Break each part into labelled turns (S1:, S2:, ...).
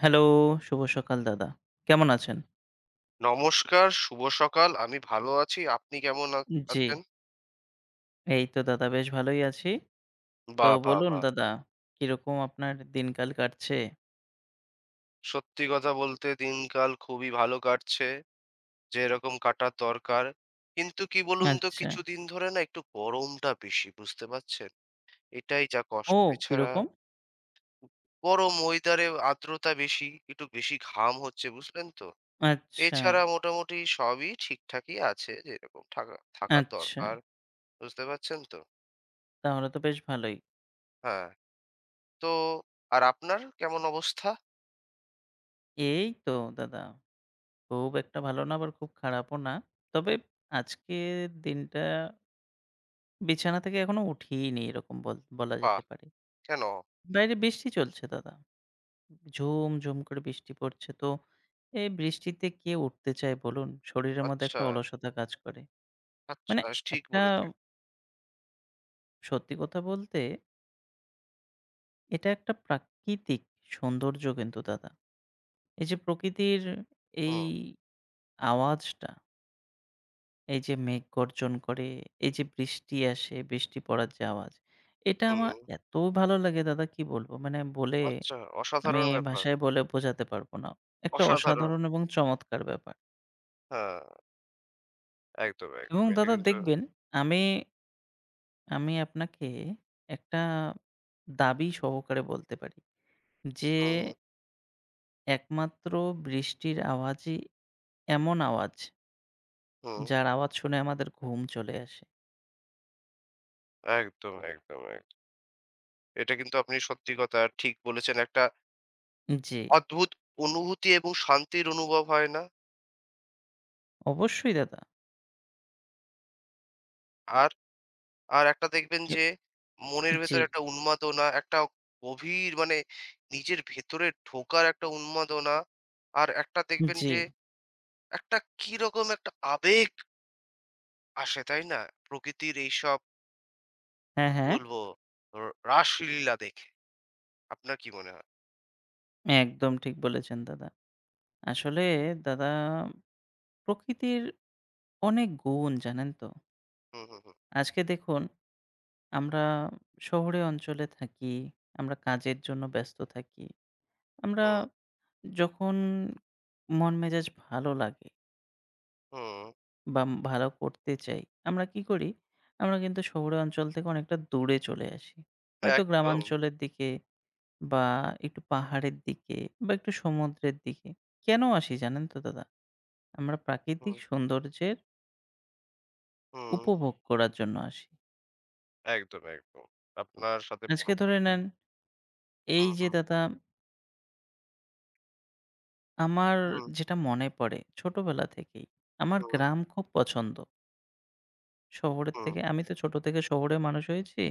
S1: Hello, শুভ সকাল দাদা। কেমন আছেন?
S2: নমস্কার, শুভ সকাল। আমি ভালো আছি। আপনি কেমন আ
S1: জি,
S2: আছেন?
S1: এই তো দাদা বেশ ভালোই আছি। তো
S2: বাহ! বাহ!
S1: বলুন
S2: বাহ!
S1: দাদা, কিরকম আপনার দিনকাল কাটছে?
S2: সত্যি কথা বলতে দিনকাল খুবই ভালো কাটছে। যেরকম কাটার দরকার। কিন্তু কি বলুন তো
S1: আচ্ছা।
S2: কিছুদিন ধরে না একটু গরমটা বেশি, বুঝতে পারছেন? এটাই যা কষ্ট।
S1: ও
S2: এছাড়া
S1: কিরকম?
S2: গরম ওয়েদারে আর্দ্রতা বেশি, একটু বেশি ঘাম হচ্ছে, বুঝলেন তো?
S1: আচ্ছা,
S2: এছাড়া মোটামুটি সবই ঠিকঠাকই আছে যেরকম থাকা থাকার
S1: আচ্ছা।
S2: দরকার। বুঝতে পারছেন তো?
S1: তাহলে তো বেশ ভালোই।
S2: হ্যাঁ। তো আর আপনার কেমন অবস্থা?
S1: এই তো দাদা, খুব একটা ভালো না আবার খুব খারাপও না। তবে আজকের দিনটা বিছানা থেকে এখনো উঠিনি এরকম বলা
S2: বাহ!
S1: যেতে পারে।
S2: কেন?
S1: বাইরে বৃষ্টি চলছে দাদা। ঝুম, ঝুম করে বৃষ্টি পড়ছে। তো এই বৃষ্টিতে কে উঠতে চায় বলুন? শরীরের মধ্যে
S2: আচ্ছা,
S1: একটা অলসতা কাজ করে। মানে
S2: আচ্ছা ঠিক
S1: একটা
S2: বলেছেন।
S1: সত্যি কথা বলতে এটা একটা প্রাকৃতিক সৌন্দর্য কিন্তু দাদা। এই যে প্রকৃতির এই
S2: হুম,
S1: আওয়াজটা, এই যে মেঘ গর্জন করে, এই যে বৃষ্টি আসে, বৃষ্টি পড়ার যে আওয়াজ, এটা
S2: হুম।
S1: আমার এত ভালো লাগে দাদা কি বলবো? মানে বলে
S2: আচ্ছা,
S1: আমি
S2: অসাধারণ ব্যাপার।
S1: ভাষায় বলে বোঝাতে পারব না। একটা
S2: অসাধারণ।
S1: অসাধারণ এবং চমৎকার ব্যাপার।
S2: হ্যাঁ, একদম,
S1: এবং
S2: একদম। এটা
S1: দাদা
S2: কিন্তু
S1: দেখবেন আমি, আমি আপনাকে একটা দাবি সহকারে বলতে পারি যে
S2: হুম,
S1: একমাত্র বৃষ্টির আওয়াজই এমন আওয়াজ
S2: হুম।
S1: যার আওয়াজ শুনে আমাদের ঘুম চলে আসে।
S2: একদম, একদম, একদম। এটা কিন্তু আপনি সত্যি কথা ঠিক বলেছেন। একটা
S1: জি,
S2: অদ্ভুত অনুভূতি এবং শান্তির অনুভব হয় না?
S1: অবশ্যই দাদা।
S2: আর, আর একটা দেখবেন
S1: এ
S2: যে মনের
S1: জি,
S2: ভেতরে একটা উন্মাদনা, একটা গভীর মানে নিজের ভেতরে ঢোকার একটা উন্মাদনা। আর একটা দেখবেন
S1: জি।
S2: যে একটা কিরকম একটা আবেগ আসে, তাই না? প্রকৃতির এইসব
S1: হ্যাঁ,
S2: কি
S1: হ্যাঁ।
S2: বলবো র রাসলীলা দেখে। আপনার কি মনে হয়?
S1: একদম ঠিক বলেছেন দাদা। আসলে দাদা প্রকৃতির অনেক গুণ জানেন তো?
S2: হুম, হুম, হুম,
S1: আজকে দেখুন আমরা শহুরে অঞ্চলে থাকি, আমরা কাজের জন্য ব্যস্ত থাকি। আমরা
S2: হুম,
S1: যখন মন মেজাজ ভালো লাগে
S2: হুম,
S1: বা ভালো করতে চাই, আমরা কি করি? আমরা কিন্তু শহুরে অঞ্চল থেকে অনেকটা দূরে চলে আসি। হয়তো
S2: একদম।
S1: গ্রামাঞ্চলের দিকে বা একটু পাহাড়ের দিকে বা একটু সমুদ্রের দিকে। কেন আসি জানেন তো দাদা? আমরা প্রাকৃতিক
S2: হুম,
S1: সৌন্দর্যের
S2: হুম,
S1: উপভোগ করার জন্য আসি।
S2: একদম, একদম। আপনার সাথে
S1: আজকে
S2: পুরোপুরি
S1: ধরে
S2: agree।
S1: নেন এই
S2: হুম,
S1: যে
S2: হুম,
S1: দাদা আমার
S2: হুম,
S1: যেটা মনে পড়ে ছোটবেলা থেকেই, আমার
S2: হুম,
S1: গ্রাম খুব পছন্দ। শহরের
S2: হুম,
S1: থেকে আমি তো ছোট থেকে শহরে মানুষ হয়েছি।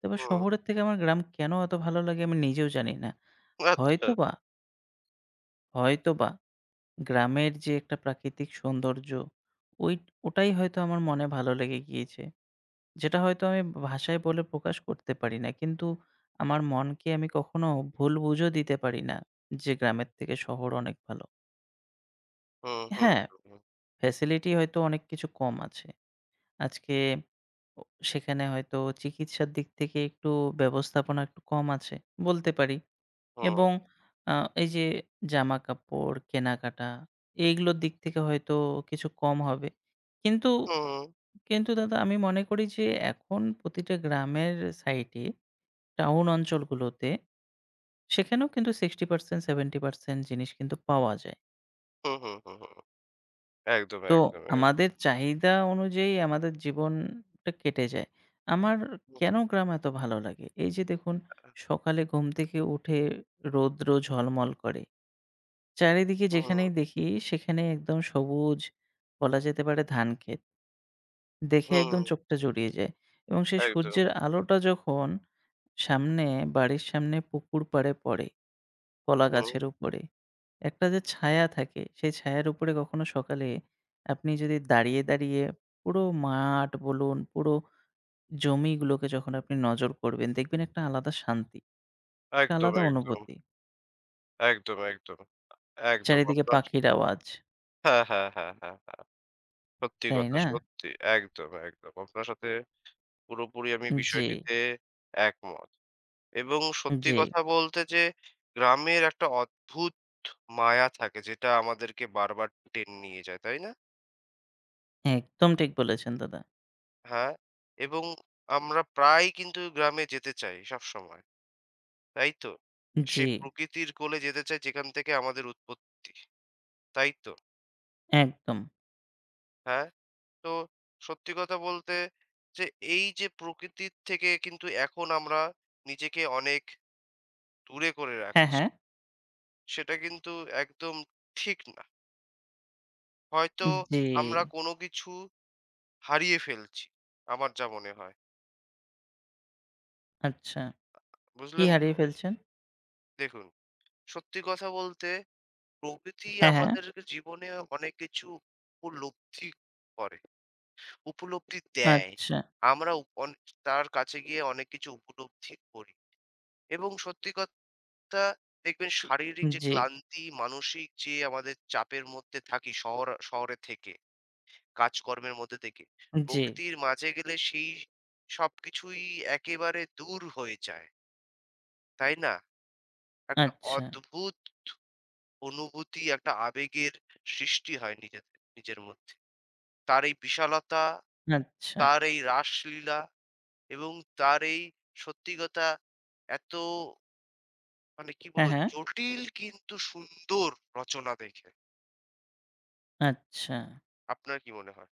S1: তবে
S2: হুম,
S1: শহরের থেকে আমার গ্রাম কেন এত ভালো লাগে আমি নিজেও জানি না।
S2: আচ্ছা।
S1: হয়তোবা, হয়তোবা গ্রামের যে একটা প্রাকৃতিক সৌন্দর্য ওই ওটাই হয়তো আমার মনে ভালো লেগে গিয়েছে। যেটা হয়তো আমি ভাষায় বলে প্রকাশ করতে পারি না। কিন্তু আমার মনকে আমি কখনো ভুল বুঝও দিতে পারি না যে গ্রামের থেকে শহর অনেক ভালো।
S2: হুম, হুম,
S1: হ্যাঁ,
S2: হুম, হুম,
S1: ফ্যাসিলিটি হয়তো অনেক কিছু কম আছে। আজকে ও সেখানে হয়তো চিকিৎসার দিক থেকে একটু ব্যবস্থাপনা একটু কম আছে বলতে পারি
S2: হুম,
S1: এবং আ এই যে জামাকাপড় কেনাকাটা এইগুলোর দিক থেকে হয়তো কিছু কম হবে। কিন্তু,
S2: হুম,
S1: কিন্তু দাদা আমি মনে করি যে এখন প্রতিটা গ্রামের সাইডে টাউন অঞ্চলগুলোতে সেখানেও কিন্তু 60% 70% জিনিস কিন্তু পাওয়া যায়।
S2: হুম, হুম, হুম, একদম,
S1: তো
S2: একদম, একদম।
S1: আমাদের চাহিদা অনুযায়ী আমাদের জীবনটা কেটে যায়। আমার কেন গ্রাম এত ভালো লাগে? এই যে দেখুন সকালে ঘুম থেকে উঠে রৌদ্র ঝলমল করে। চারিদিকে
S2: হুম,
S1: যেখানেই দেখি সেখানে একদম সবুজ বলা যেতে পারে ধান ক্ষেত। দেখে
S2: হুম,
S1: একদম চোখটা জুড়িয়ে যায় এবং সেই
S2: একদম,
S1: সূর্যের আলোটা যখন সামনে বাড়ির সামনে পুকুর পাড়ে পড়ে, কলা
S2: হুম,
S1: গাছের উপরে। একটা যে ছায়া থাকে, সেই ছায়ার উপরে কখনো সকালে আপনি যদি দাঁড়িয়ে পুরো মাঠ বলুন, পুরো জমিগুলোকে যখন আপনি নজর করবেন, দেখবেন একটা আলাদা শান্তি, একটা
S2: একদম,
S1: আলাদা
S2: একদম,
S1: অনুভূতি।
S2: একদম, একদম, একদম
S1: চারিদিকে
S2: আপনার
S1: পাখির আওয়াজ,
S2: হ্যাঁ, হ্যাঁ, হ্যাঁ, হ্যাঁ, হ্যাঁ। সত্যি
S1: তাই
S2: কথা,
S1: না?
S2: সত্যি। একদম, একদম। আপনার সাথে পুরোপুরি আমি
S1: জি,
S2: বিষয়টিতে একমত। এবং সত্যি
S1: জি,
S2: কথা বলতে যে গ্রামের একটা অদ্ভুত মায়া থাকে যেটা আমাদেরকে বারবার টেনে নিয়ে যায়, তাই না?
S1: একদম ঠিক বলেছেন দাদা।
S2: হ্যাঁ, এবং আমরা প্রায়ই কিন্তু গ্রামে যেতে চাই সবসময়, তাই তো?
S1: জি,
S2: সেই প্রকৃতির কোলে যেতে চাই যেখান থেকে আমাদের উৎপত্তি, তাই তো?
S1: একদম।
S2: হ্যাঁ, তো সত্যি কথা বলতে যে এই যে প্রকৃতির থেকে কিন্তু এখন আমরা নিজেকে অনেক দূরে করে
S1: হ্যাঁ,
S2: রাখছি।
S1: হ্যাঁ।
S2: সেটা কিন্তু একদম ঠিক না। হয়তো
S1: জি,
S2: আমরা কোনো কিছু হারিয়ে ফেলছি। আমার যা মনে হয়।
S1: আচ্ছা। কি
S2: বুঝলেন তো?
S1: হারিয়ে ফেলছেন?
S2: দেখুন, সত্যি কথা বলতে প্রকৃতি
S1: হ্যাঁ, হ্যাঁ।
S2: আমাদেরকে জীবনে অনেক কিছু উপলব্ধি করে, উপলব্ধি দেয়।
S1: আচ্ছা।
S2: আমরা উপ অন তার কাছে গিয়ে অনেক কিছু উপলব্ধি করি এবং সত্যি কথা দেখবেন শারীরিক যে
S1: জি,
S2: ক্লান্তি, মানসিক যে আমাদের চাপের মধ্যে থাকি শহরে থেকে কাজকর্মের মধ্যে থেকে।
S1: জি।
S2: প্রকৃতির মাঝে গেলে সেই সবকিছুই একেবারে দূর হয়ে যায়। তাই না? একটা
S1: আচ্ছা,
S2: অদ্ভুত অনুভূতি, একটা আবেগের সৃষ্টি হয় নিজেদের নিজের মধ্যে। তার এই বিশালতা,
S1: আচ্ছা।
S2: তার এই রাসলীলা এবং তার এই সত্যি কথা এত মানে কি
S1: হ্যাঁ,
S2: বলবো
S1: হ্যাঁ।
S2: জটিল কিন্তু সুন্দর রচনা দেখে।
S1: আচ্ছা।
S2: আপনার কি মনে হয়?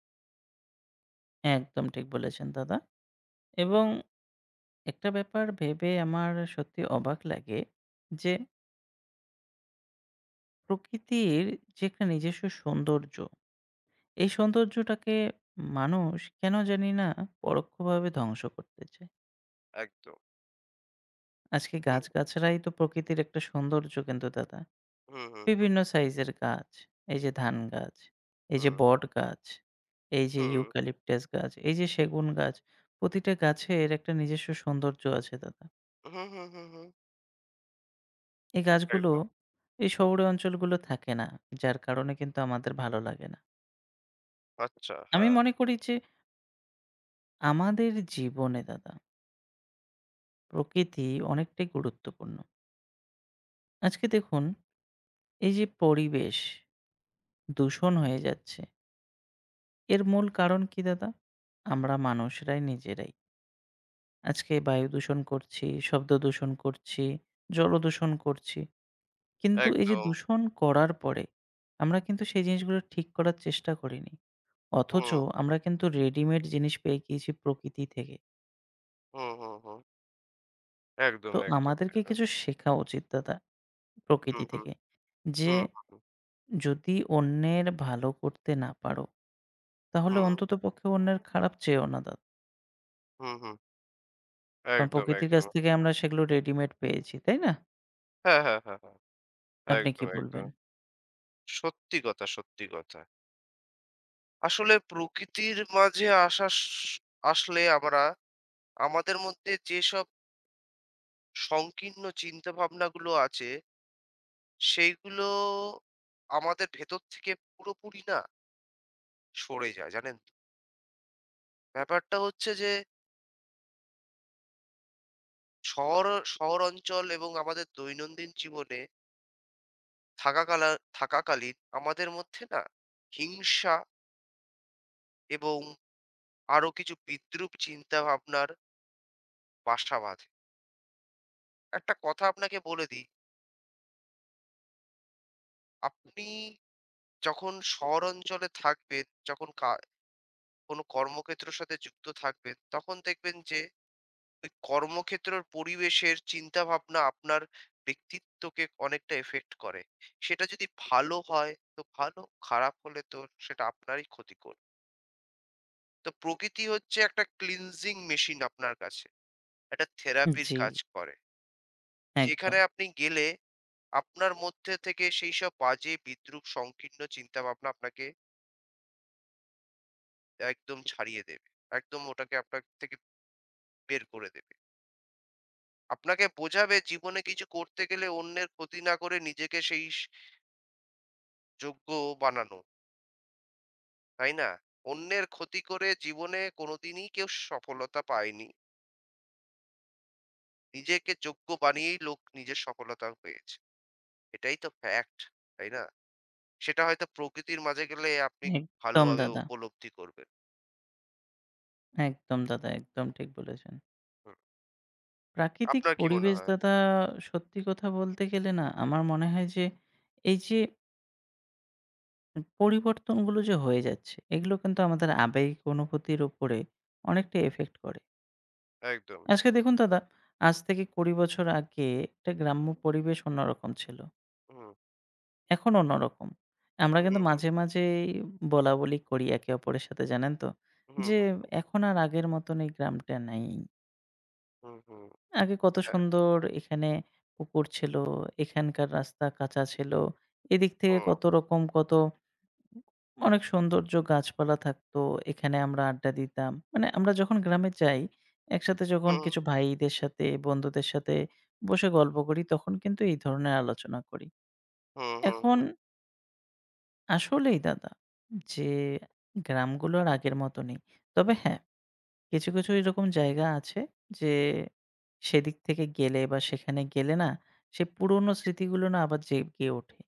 S1: একদম ঠিক বলেছেন দাদা। এবং
S2: হুম,
S1: একটা ব্যাপার ভেবে আমার সত্যি অবাক লাগে যে, প্রকৃতির যে একটা নিজস্ব সৌন্দর্য, এই সৌন্দর্যটাকে মানুষ কেন জানি না পরোক্ষভাবে ধ্বংস করতে চায়।
S2: একদম।
S1: আজকে
S2: হুম,
S1: গাছগাছড়াই তো প্রকৃতির একটা সৌন্দর্য কিন্তু দাদা।
S2: হুম, হুম, হুম,
S1: বিভিন্ন সাইজের গাছ, এই যে ধান গাছ, এই যে
S2: হুম,
S1: বট গাছ, এই যে
S2: হুম,
S1: ইউক্যালিপটাস গাছ, এই যে সেগুন গাছ, প্রতিটা গাছের একটা নিজস্ব সৌন্দর্য আছে দাদা।
S2: হুম, হুম, হুম, হুম।
S1: এই গাছগুলো
S2: একদম।
S1: এই শহুরে অঞ্চলগুলো থাকে না। যার কারণে কিন্তু আমাদের ভালো লাগে না।
S2: আচ্ছা,
S1: আমি
S2: হ্যাঁ,
S1: মনে করি যে আমাদের জীবনে দাদা প্রকৃতি অনেকটাই গুরুত্বপূর্ণ। আজকে দেখুন এই যে পরিবেশ দূষণ হয়ে যাচ্ছে, এর মূল কারণ কি দাদা? আমরা মানুষরাই নিজেরাই। আজকে বায়ু দূষণ করছি, শব্দ দূষণ করছি, জল দূষণ করছি। কিন্তু এই যে
S2: একদম।
S1: দূষণ করার পরে আমরা কিন্তু সেই জিনিসগুলো ঠিক করার চেষ্টা করিনি। অথচ
S2: হুম,
S1: আমরা কিন্তু রেডিমেড জিনিস পেয়ে গিয়েছি প্রকৃতি থেকে।
S2: হুম, হুম, হুম। একদম,
S1: তো
S2: একদম,
S1: আমাদেরকে
S2: একদম।
S1: কিছু শেখা উচিত দাদা
S2: হুম,
S1: প্রকৃতি
S2: হুম,
S1: থেকে। যে
S2: হুম, হুম,
S1: যদি অন্যের ভালো করতে না পারো, তাহলে
S2: হুম,
S1: অন্ততপক্ষে অন্যের খারাপ চেয়েও না দাদা।
S2: হুম, হুম।
S1: কারণ
S2: একদম,
S1: প্রকৃতির কাছ
S2: একদম।
S1: থেকে আমরা সেগুলো রেডিমেড পেয়েছি, তাই না?
S2: হ্যাঁ, হ্যাঁ, হ্যাঁ, হ্যাঁ।
S1: আপনি
S2: একদম,
S1: কি বলবেন?
S2: একদম। সত্যি কথা, সত্যি কথা। আসলে প্রকৃতির মাঝে আসা স আসলে আমরা আমাদের মধ্যে যেসব সংকীর্ণ চিন্তাভাবনাগুলো আছে, সেইগুলো আমাদের ভেতর থেকে পুরোপুরি না সরে যায়, জানেন তো? ব্যাপারটা হচ্ছে যে শহর শহর অঞ্চল এবং আমাদের দৈনন্দিন জীবনে থাকাকালা থাকাকালীন আমাদের মধ্যে না হিংসা এবং আরো কিছু বিদ্রূপ চিন্তা ভাবনার বাসা বাঁধে। একটা কথা আপনাকে বলে দিই, আপনি যখন শহর অঞ্চলে থাকবেন যখন কোনো কর্মক্ষেত্রের সাথে যুক্ত থাকবেন তখন দেখবেন যে ওই কর্মক্ষেত্রের পরিবেশের চিন্তাভাবনা আপনার ব্যক্তিত্বকে অনেকটা এফেক্ট করে। সেটা যদি ভালো হয় তো ভালো, খারাপ হলে তো সেটা আপনারই ক্ষতিকর। তো প্রকৃতি হচ্ছে একটা ক্লিনজিং মেশিন আপনার কাছে। একটা থেরাপির
S1: জি,
S2: কাজ করে। যেখানে
S1: একদম।
S2: আপনি গেলে আপনার মধ্যে থেকে সেইসব বাজে, বিদ্রূপ, সংকীর্ণ চিন্তাভাবনা আপনাকে একদম ছাড়িয়ে দেবে। একদম ওটাকে আপনার থেকে বের করে দেবে। আপনাকে বোঝাবে জীবনে কিছু করতে গেলে অন্যের ক্ষতি না করে নিজেকে সেই স যোগ্য বানানো, তাই না? অন্যের ক্ষতি করে জীবনে কোনোদিনই কেউ সফলতা পায়নি। নিজেকে যোগ্য বানিয়েই লোক নিজের সফলতা পেয়েছে। এটাই তো ফ্যাক্ট, তাই না? সেটা হয়তো প্রকৃতির মাঝে গেলে আপনি
S1: একদম
S2: ভালোভাবে
S1: দাদা।
S2: উপলব্ধি করবেন।
S1: একদম দাদা, একদম ঠিক বলেছেন।
S2: হুম।
S1: প্রাকৃতিক
S2: আপনার কি মনে
S1: পরিবেশ
S2: হয়?
S1: দাদা সত্যি কথা বলতে গেলে না আমার মনে হয় যে এই যে পরিবর্তনগুলো যে হয়ে যাচ্ছে, এগুলো কিন্তু আমাদের আবেগিক অনুভূতির উপরে অনেকটা এফেক্ট করে।
S2: একদম।
S1: আজকে দেখুন দাদা, আজ থেকে ২০ বছর আগে একটা গ্রাম্য পরিবেশ অন্যরকম ছিল।
S2: হুম,
S1: এখন অন্যরকম। আমরা কিন্তু
S2: হুম, হুম,
S1: মাঝেই বলাবলি করি একে অপরের সাথে জানেন তো?
S2: হুম,
S1: যে এখন আর আগের মতন এই গ্রামটা নাই।
S2: হুম, হুম,
S1: আগে কত
S2: হ্যাঁ,
S1: সুন্দর এখানে পুকুর ছিল, এখানকার রাস্তা কাঁচা ছিল। এদিক থেকে
S2: হুম,
S1: কত রকম কত অনেক সৌন্দর্য গাছপালা থাকতো। এখানে আমরা আড্ডা দিতাম। মানে আমরা যখন গ্রামে যাই, একসাথে যখন
S2: হুম,
S1: কিছু ভাইদের সাথে, বন্ধুদের সাথে বসে গল্প করি, তখন কিন্তু এই ধরনের আলোচনা করি।
S2: হুম, হুম,
S1: এখন
S2: হুম,
S1: আসলেই দাদা যে গ্রামগুলো আর আগের মতো নেই। তবে হ্যাঁ, কিছু এরকম জায়গা আছে যে সেদিক থেকে গেলে বা সেখানে গেলে না, সেই পুরনো স্মৃতিগুলো না আবার জেগে ওঠে।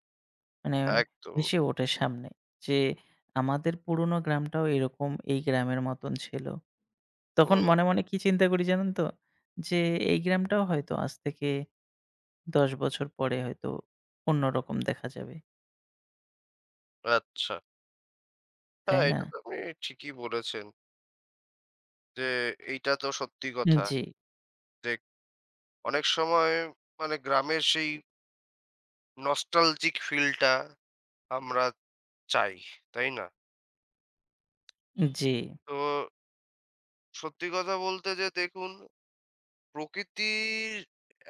S1: মানে
S2: একদম,
S1: ভেসে ওঠে সামনে যে আমাদের পুরনো গ্রামটাও এরকম এই গ্রামের মতন ছিল। তখন
S2: হুম,
S1: মনে কি চিন্তা করি জানেন তো? যে এই গ্রামটাও হয়তো আজ থেকে ১০ বছর পরে হয়তো অন্যরকম দেখা যাবে।
S2: আচ্ছা।
S1: তাই
S2: হ্যাঁ,
S1: না?
S2: এটা তো আপনি ঠিকই বলেছেন যে এইটা তো সত্যি কথা
S1: জি,
S2: যে অনেক সময় মানে গ্রামের সেই নস্টালজিক ফিলটা আমরা চাই, তাই না?
S1: জি,
S2: তো সত্যি কথা বলতে যে দেখুন, প্রকৃতির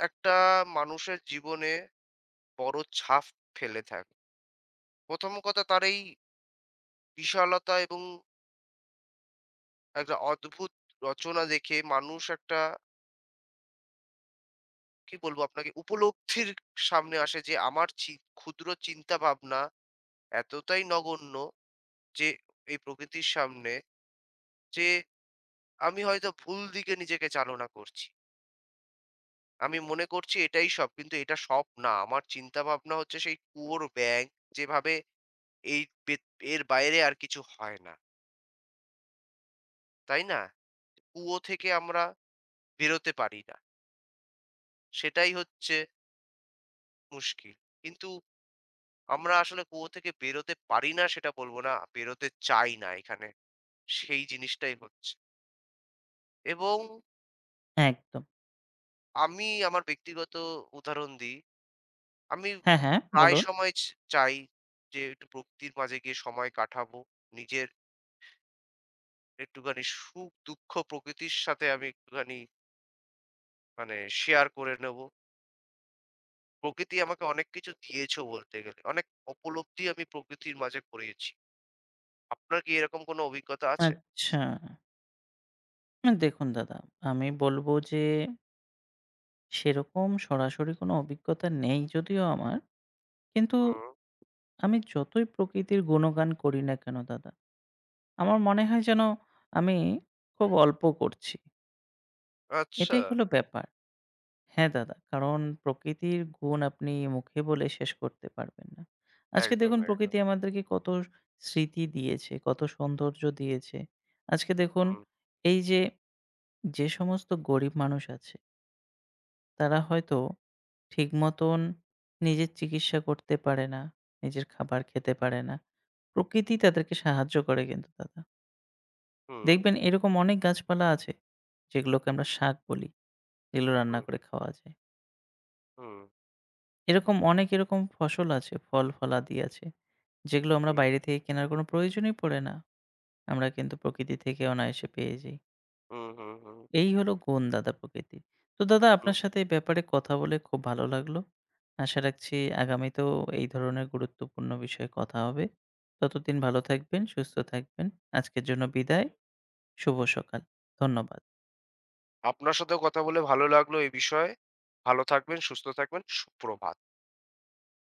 S2: একটা মানুষের জীবনে বড় ছাপ ফেলে থাকে। ১ম কথা তার এই বিশালতা এবং একটা অদ্ভুত রচনা দেখে মানুষ একটা কি বলবো আপনাকে উপলব্ধির সামনে আসে যে আমার ক্ষুদ্র চিন্তা ভাবনা এতটাই নগণ্য যে এই প্রকৃতির সামনে যে আমি হয়তো ভুল দিকে নিজেকে চালনা করছি। আমি মনে করছি এটাই সব। কিন্তু এটা সব না। আমার চিন্তাভাবনা হচ্ছে সেই কুয়োর ব্যাঙ, যেভাবে এই বে এর বাইরে আর কিছু হয় না। তাই না? কুয়ো থেকে আমরা বেরোতে পারি না। সেটাই হচ্ছে মুশকিল। কিন্তু আমরা আসলে কুয়ো থেকে বেরোতে পারি না সেটা বলব না। বেরোতে চাই না এখানে। সেই জিনিসটাই হচ্ছে। এবং
S1: একদম।
S2: আমি আমার ব্যক্তিগত উদাহরণ দিই। আমি
S1: হ্যাঁ, হ্যাঁ,
S2: প্রায়
S1: বলুন।
S2: সময় চাই যে একটু প্রকৃতির মাঝে গিয়ে সময় কাটাবো। নিজের একটুখানি সুখ-দুঃখ প্রকৃতির সাথে আমি একটুখানি মানে শেয়ার করে নেবো। প্রকৃতি আমাকে অনেক কিছু দিয়েছেও বলতে গেলে। অনেক উপলব্ধি আমি প্রকৃতির মাঝে করিয়েছি। আপনার কি এরকম কোনো অভিজ্ঞতা আছে?
S1: আচ্ছা। না দেখুন দাদা, আমি বলব যে সেরকম সরাসরি কোনো অভিজ্ঞতা নেই যদিও আমার। কিন্তু
S2: হুম,
S1: আমি যতই প্রকৃতির গুণগান করি না কেন দাদা আমার মনে হয় যেন আমি খুব অল্প করছি।
S2: আচ্ছা।
S1: এটাই হলো ব্যাপার। হ্যাঁ দাদা, কারণ প্রকৃতির গুণ আপনি মুখে বলে শেষ করতে পারবেন না। আজকে
S2: একদম,
S1: দেখুন
S2: একদম।
S1: প্রকৃতি আমাদেরকে কত স্মৃতি দিয়েছে, কত সৌন্দর্য দিয়েছে। আজকে দেখুন
S2: হুম,
S1: এই যে, যে সমস্ত গরিব মানুষ আছে তারা হয়তো ঠিক মতন নিজের চিকিৎসা করতে পারে না, নিজের খাবার খেতে পারে না। প্রকৃতি তাদেরকে সাহায্য করে কিন্তু দাদা।
S2: হুম,
S1: দেখবেন এরকম অনেক গাছপালা আছে যেগুলোকে আমরা শাক বলি, এগুলো রান্না
S2: হুম,
S1: করে খাওয়া যায়।
S2: হুম,
S1: এরকম অনেক এরকম ফসল আছে, ফল-ফলাদি আছে, যেগুলো আমরা
S2: হুম,
S1: বাইরে থেকে কেনার কোনো প্রয়োজনই পড়ে না। আমরা কিন্তু প্রকৃতি থেকে অনায়াসে পেয়ে যাই।
S2: হুম, হুম, হুম,
S1: এই হলো গুণ দাদা প্রকৃতি। তো দাদা
S2: হুম, হুম।
S1: আপনার সাথে এই ব্যাপারে কথা বলে খুব ভালো লাগলো। আশা রাখছি আগামীতেও এই ধরনের গুরুত্বপূর্ণ বিষয়ে কথা হবে। ততদিন ভালো থাকবেন, সুস্থ থাকবেন। আজকের জন্য বিদায়। শুভ সকাল। ধন্যবাদ।
S2: আপনার সাথেও কথা বলে ভালো লাগলো এই বিষয়ে। ভালো থাকবেন, সুস্থ থাকবেন। সুপ্রভাত।